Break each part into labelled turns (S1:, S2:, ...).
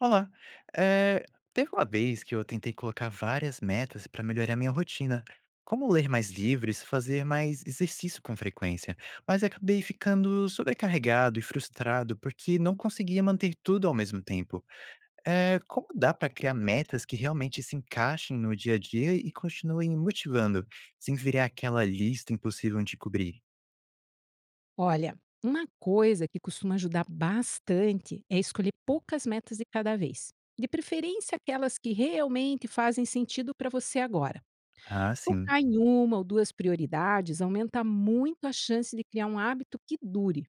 S1: Olá. Eh, Teve uma vez que eu tentei colocar várias metas para melhorar minha rotina, como ler mais livros, fazer mais exercício com frequência, mas acabei ficando sobrecarregado e frustrado porque não conseguia manter tudo ao mesmo tempo. Como dá para criar metas que realmente se encaixem no dia a dia e continuem motivando, sem virar aquela lista impossível de cobrir?
S2: Olha, uma coisa que costuma ajudar bastante é escolher poucas metas de cada vez. De preferência, aquelas que realmente fazem sentido para você agora.
S1: Ah, sim.
S2: Focar em uma ou duas prioridades aumenta muito a chance de criar um hábito que dure.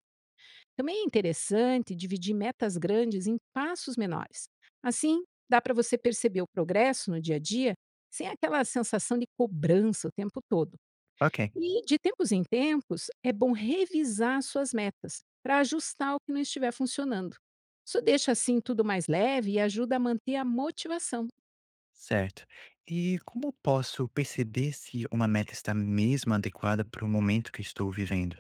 S2: Também é interessante dividir metas grandes em passos menores. Assim, dá para você perceber o progresso no dia a dia sem aquela sensação de cobrança o tempo todo.
S1: Ok.
S2: E de tempos em tempos, é bom revisar suas metas para ajustar o que não estiver funcionando. Isso deixa assim tudo mais leve e ajuda a manter a motivação.
S1: Certo. E como eu posso perceber se uma meta está mesmo adequada para o momento que estou vivendo?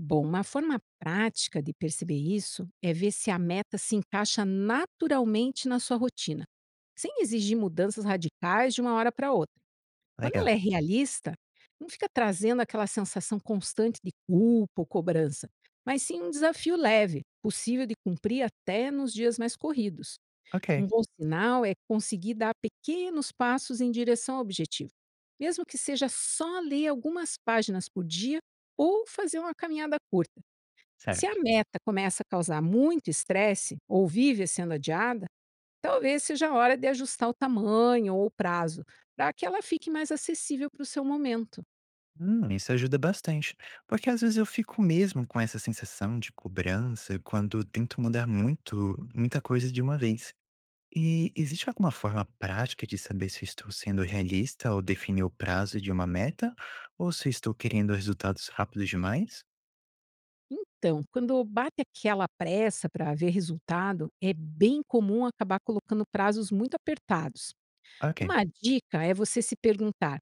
S2: Bom, uma forma prática de perceber isso é ver se a meta se encaixa naturalmente na sua rotina, sem exigir mudanças radicais de uma hora para outra. Quando
S1: Legal.
S2: ela é realista, não fica trazendo aquela sensação constante de culpa ou cobrança, mas sim um desafio leve, possível de cumprir até nos dias mais corridos. Um
S1: Ok.
S2: bom sinal é conseguir dar pequenos passos em direção ao objetivo, mesmo que seja só ler algumas páginas por dia ou fazer uma caminhada curta. Se a
S1: Certo.
S2: meta começa a causar muito estresse ou vive sendo adiada, talvez seja a hora de ajustar o tamanho ou o prazo para que ela fique mais acessível para o seu momento.
S1: Isso ajuda bastante, porque às vezes eu fico mesmo com essa sensação de cobrança quando tento mudar muito, muita coisa de uma vez. E existe alguma forma prática de saber se estou sendo realista ao definir o prazo de uma meta ou se estou querendo resultados rápidos demais?
S2: Então, quando bate aquela pressa para ver resultado, é bem comum acabar colocando prazos muito apertados.
S1: Ok,
S2: Uma dica é você se perguntar: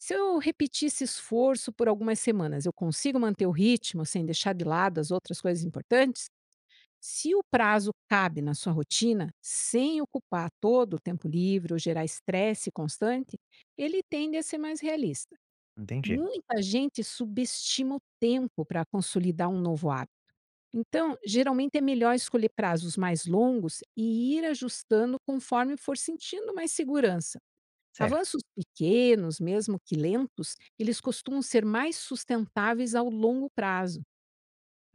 S2: Se eu repetir esse esforço por algumas semanas, eu consigo manter o ritmo sem deixar de lado as outras coisas importantes? Se o prazo cabe na sua rotina, sem ocupar todo o tempo livre ou gerar estresse constante, ele tende a ser mais realista.
S1: entendi.
S2: Muita gente subestima o tempo para consolidar um novo hábito. Então, geralmente é melhor escolher prazos mais longos e ir ajustando conforme for sentindo mais segurança.
S1: Certo.
S2: Avanços pequenos, mesmo que lentos, eles costumam ser mais sustentáveis ao longo prazo.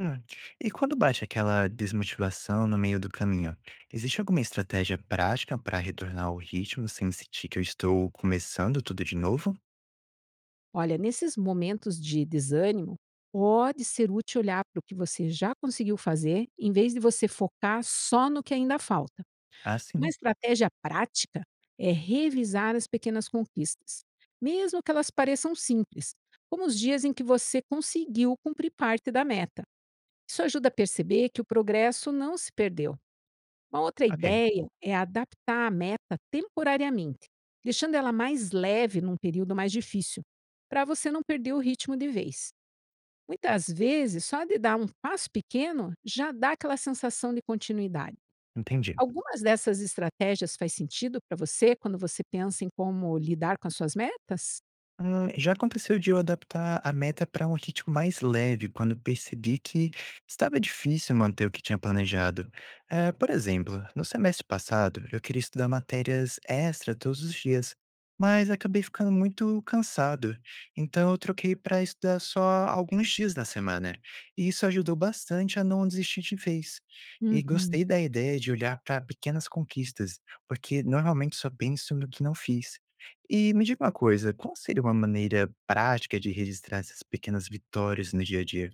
S1: Hum. E quando bate aquela desmotivação no meio do caminho, existe alguma estratégia prática para retornar ao ritmo sem sentir que eu estou começando tudo de novo?
S2: Olha, nesses momentos de desânimo, pode ser útil olhar para o que você já conseguiu fazer, em vez de você focar só no que ainda falta.
S1: Ah,
S2: Uma
S1: sim.
S2: estratégia prática é revisar as pequenas conquistas, mesmo que elas pareçam simples, como os dias em que você conseguiu cumprir parte da meta. Isso ajuda a perceber que o progresso não se perdeu. Uma outra
S1: Ok,
S2: ideia é adaptar a meta temporariamente, deixando ela mais leve num período mais difícil, para você não perder o ritmo de vez. Muitas vezes, só de dar um passo pequeno já dá aquela sensação de continuidade.
S1: entendi.
S2: Algumas dessas estratégias faz sentido para você quando você pensa em como lidar com as suas metas?
S1: Ah, já aconteceu de eu adaptar a meta para um ritmo mais leve, quando percebi que estava difícil manter o que tinha planejado. Por exemplo, no semestre passado, eu queria estudar matérias extra todos os dias, mas acabei ficando muito cansado. Então, eu troquei para estudar só alguns dias da semana. E isso ajudou bastante a não desistir de vez. E
S2: Uhum.
S1: gostei da ideia de olhar para pequenas conquistas, porque normalmente só penso no que não fiz. E me diga uma coisa, qual seria uma maneira prática de registrar essas pequenas vitórias no dia a dia?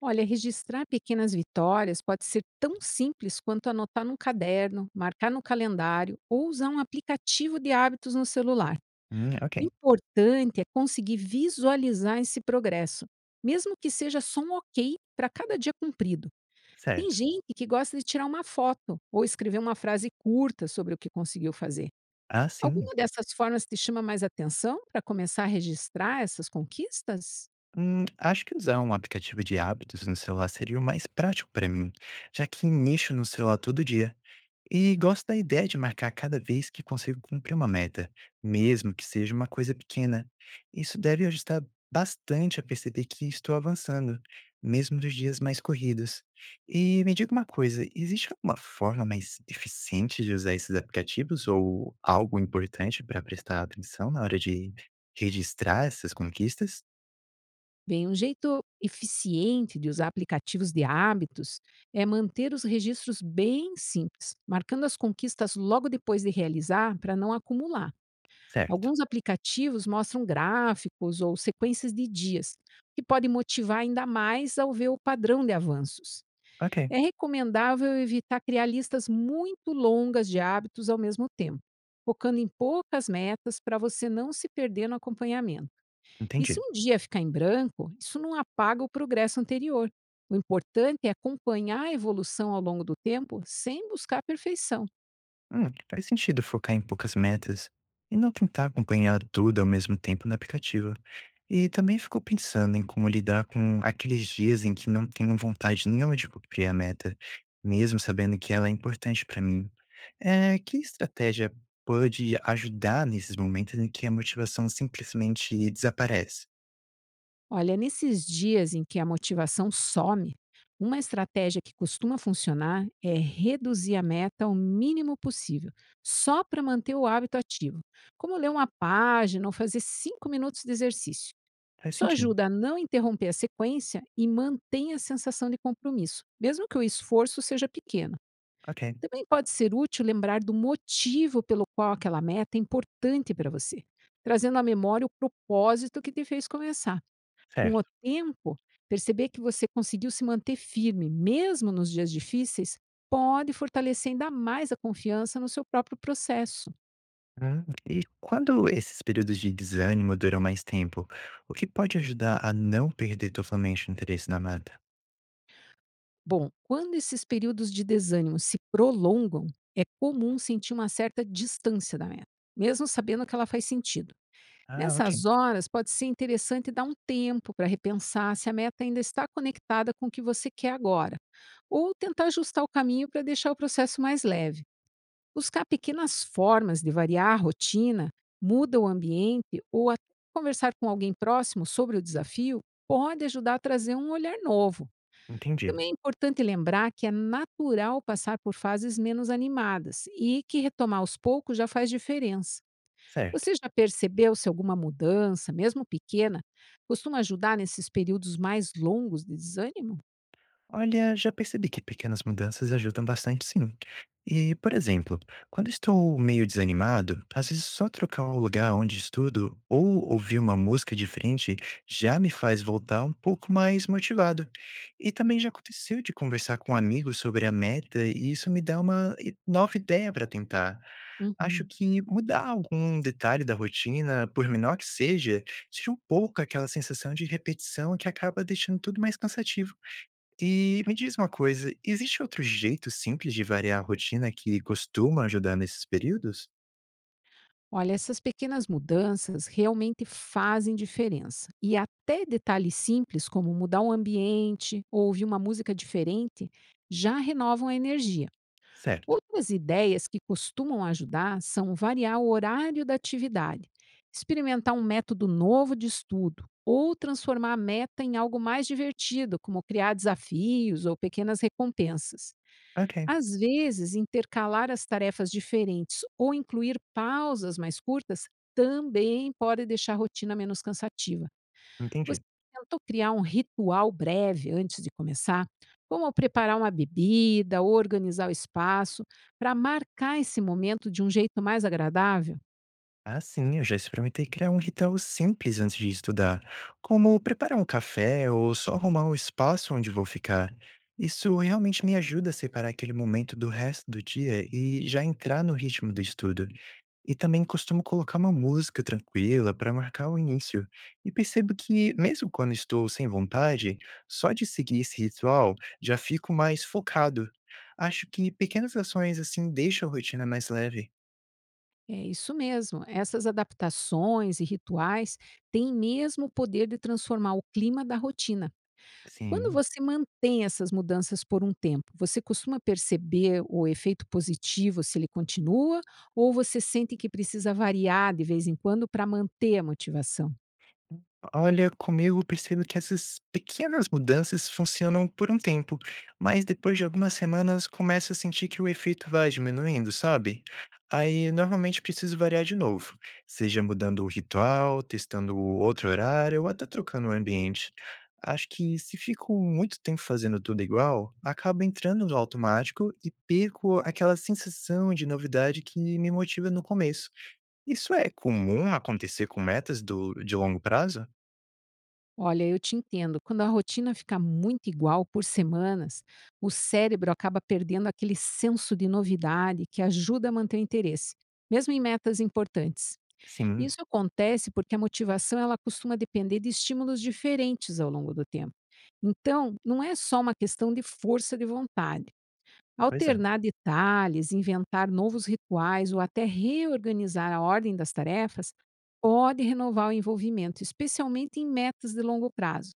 S2: Olha, registrar pequenas vitórias pode ser tão simples quanto anotar num caderno, marcar no calendário ou usar um aplicativo de hábitos no celular. O
S1: Ok,
S2: importante é conseguir visualizar esse progresso, mesmo que seja só um ok para cada dia cumprido. Tem
S1: certo.
S2: gente que gosta de tirar uma foto ou escrever uma frase curta sobre o que conseguiu fazer.
S1: Ah, sim.
S2: Alguma dessas formas te chama mais atenção para começar a registrar essas conquistas?
S1: Acho que usar um aplicativo de hábitos no celular seria o mais prático para mim, já que nicho no celular todo dia. E gosto da ideia de marcar cada vez que consigo cumprir uma meta, mesmo que seja uma coisa pequena. Isso deve ajudar bastante a perceber que estou avançando, mesmo nos dias mais corridos. E me diga uma coisa, existe alguma forma mais eficiente de usar esses aplicativos ou algo importante para prestar atenção na hora de registrar essas conquistas?
S2: Bem, um jeito eficiente de usar aplicativos de hábitos é manter os registros bem simples, marcando as conquistas logo depois de realizar para não acumular.
S1: Certo.
S2: Alguns aplicativos mostram gráficos ou sequências de dias, que podem motivar ainda mais ao ver o padrão de avanços.
S1: Ok,
S2: É recomendável evitar criar listas muito longas de hábitos ao mesmo tempo, focando em poucas metas para você não se perder no acompanhamento. E se
S1: entendi.
S2: um dia ficar em branco, isso não apaga o progresso anterior. O importante é acompanhar a evolução ao longo do tempo sem buscar a perfeição.
S1: Faz sentido focar em poucas metas e não tentar acompanhar tudo ao mesmo tempo no aplicativo. E também ficou pensando em como lidar com aqueles dias em que não tenho vontade nenhuma de cumprir a meta, mesmo sabendo que ela é importante para mim. É, que estratégia pode ajudar nesses momentos em que a motivação simplesmente desaparece?
S2: Olha, nesses dias em que a motivação some, uma estratégia que costuma funcionar é reduzir a meta ao mínimo possível, só para manter o hábito ativo, como ler uma página ou fazer cinco minutos de exercício.
S1: Faz
S2: Isso
S1: sentido.
S2: ajuda a não interromper a sequência e mantém a sensação de compromisso, mesmo que o esforço seja pequeno.
S1: Ok,
S2: Também pode ser útil lembrar do motivo pelo qual aquela meta é importante para você, trazendo à memória o propósito que te fez começar. Com o
S1: certo.
S2: tempo, perceber que você conseguiu se manter firme, mesmo nos dias difíceis, pode fortalecer ainda mais a confiança no seu próprio processo.
S1: E quando esses períodos de desânimo duram mais tempo, o que pode ajudar a não perder totalmente o interesse na mata?
S2: Bom, quando esses períodos de desânimo se prolongam, é comum sentir uma certa distância da meta, mesmo sabendo que ela faz sentido.
S1: Ah, ok.
S2: Nessas horas, pode ser interessante dar um tempo para repensar se a meta ainda está conectada com o que você quer agora, ou tentar ajustar o caminho para deixar o processo mais leve. Buscar pequenas formas de variar a rotina, muda o ambiente ou até conversar com alguém próximo sobre o desafio pode ajudar a trazer um olhar novo.
S1: Entendi.
S2: Também é importante lembrar que é natural passar por fases menos animadas e que retomar aos poucos já faz diferença.
S1: Certo.
S2: Você já percebeu se alguma mudança, mesmo pequena, costuma ajudar nesses períodos mais longos de desânimo?
S1: Olha, já percebi que pequenas mudanças ajudam bastante, sim. E, por exemplo, quando estou meio desanimado, às vezes só trocar o lugar onde estudo ou ouvir uma música diferente já me faz voltar um pouco mais motivado. E também já aconteceu de conversar com amigos sobre a meta e isso me dá nova ideia para tentar. Acho
S2: Uhum.
S1: que mudar algum detalhe da rotina, por menor que seja, tira um pouco aquela sensação de repetição que acaba deixando tudo mais cansativo. E me diz uma coisa, existe outro jeito simples de variar a rotina que costuma ajudar nesses períodos?
S2: Olha, essas pequenas mudanças realmente fazem diferença. E até detalhes simples, como mudar o ambiente ou ouvir uma música diferente, já renovam a energia.
S1: Certo.
S2: Outras ideias que costumam ajudar são variar o horário da atividade, experimentar um método novo de estudo ou transformar a meta em algo mais divertido, como criar desafios ou pequenas recompensas.
S1: Ok,
S2: Às vezes, intercalar as tarefas diferentes ou incluir pausas mais curtas também pode deixar a rotina menos cansativa. Você
S1: entendi.
S2: tentou criar um ritual breve antes de começar, como preparar uma bebida ou organizar o espaço, para marcar esse momento de um jeito mais agradável?
S1: Ah, sim, eu já experimentei criar um ritual simples antes de estudar, como preparar um café ou só arrumar um espaço onde vou ficar. Isso realmente me ajuda a separar aquele momento do resto do dia e já entrar no ritmo do estudo. E também costumo colocar uma música tranquila para marcar o início. E percebo que, mesmo quando estou sem vontade, só de seguir esse ritual já fico mais focado. Acho que pequenas ações assim deixam a rotina mais leve.
S2: É isso mesmo. Essas adaptações e rituais têm mesmo o poder de transformar o clima da rotina. Quando
S1: Sim.
S2: você mantém essas mudanças por um tempo, você costuma perceber o efeito positivo se ele continua, ou você sente que precisa variar de vez em quando para manter a motivação?
S1: Olha, comigo eu percebo que essas pequenas mudanças funcionam por um tempo, mas depois de algumas semanas começo a sentir que o efeito vai diminuindo, sabe? Aí normalmente preciso variar de novo, seja mudando o ritual, testando outro horário ou até trocando o ambiente. Acho que se fico muito tempo fazendo tudo igual, acabo entrando no automático e perco aquela sensação de novidade que me motiva no começo. Isso é comum acontecer com metas de longo prazo?
S2: Olha, eu te entendo. Quando a rotina fica muito igual por semanas, o cérebro acaba perdendo aquele senso de novidade que ajuda a manter o interesse, mesmo em metas importantes.
S1: Sim,
S2: Isso acontece porque a motivação ela costuma depender de estímulos diferentes ao longo do tempo. Então, não é só uma questão de força de vontade.
S1: pois é,
S2: Alternar detalhes, inventar novos rituais ou até reorganizar a ordem das tarefas pode renovar o envolvimento, especialmente em metas de longo prazo.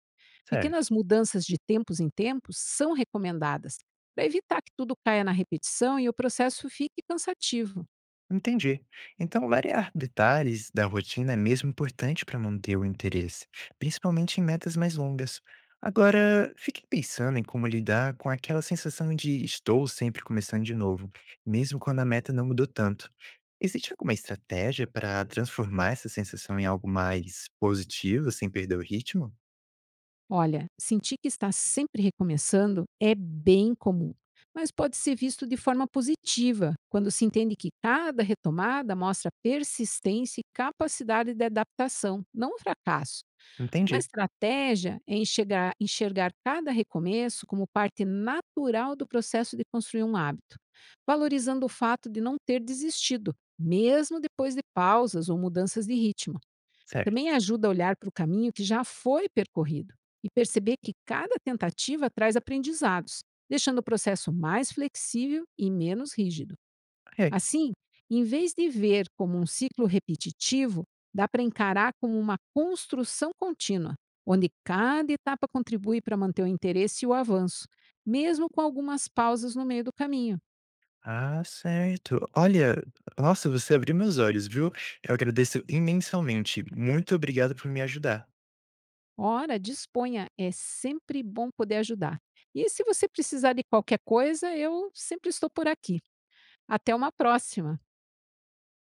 S1: certo.
S2: Pequenas mudanças de tempos em tempos são recomendadas para evitar que tudo caia na repetição e o processo fique cansativo.
S1: Entendi. Então, variar detalhes da rotina é mesmo importante para manter o interesse, principalmente em metas mais longas. Agora, fique pensando em como lidar com aquela sensação de estou sempre começando de novo, mesmo quando a meta não mudou tanto. Existe alguma estratégia para transformar essa sensação em algo mais positivo, sem perder o ritmo?
S2: Olha, sentir que está sempre recomeçando é bem comum, mas pode ser visto de forma positiva quando se entende que cada retomada mostra persistência e capacidade de adaptação, não um fracasso. Uma
S1: Entendi,
S2: estratégia é enxergar cada recomeço como parte natural do processo de construir um hábito, valorizando o fato de não ter desistido, mesmo depois de pausas ou mudanças de ritmo. Também
S1: certo.
S2: ajuda a olhar para o caminho que já foi percorrido e perceber que cada tentativa traz aprendizados, deixando o processo mais flexível e menos rígido.
S1: Ok.
S2: Assim, em vez de ver como um ciclo repetitivo, dá para encarar como uma construção contínua, onde cada etapa contribui para manter o interesse e o avanço, mesmo com algumas pausas no meio do caminho.
S1: Ah, certo. Olha, nossa, você abriu meus olhos, viu? Eu agradeço imensamente. Muito obrigado por me ajudar.
S2: Ora, disponha, é sempre bom poder ajudar. E se você precisar de qualquer coisa, eu sempre estou por aqui. Até uma próxima.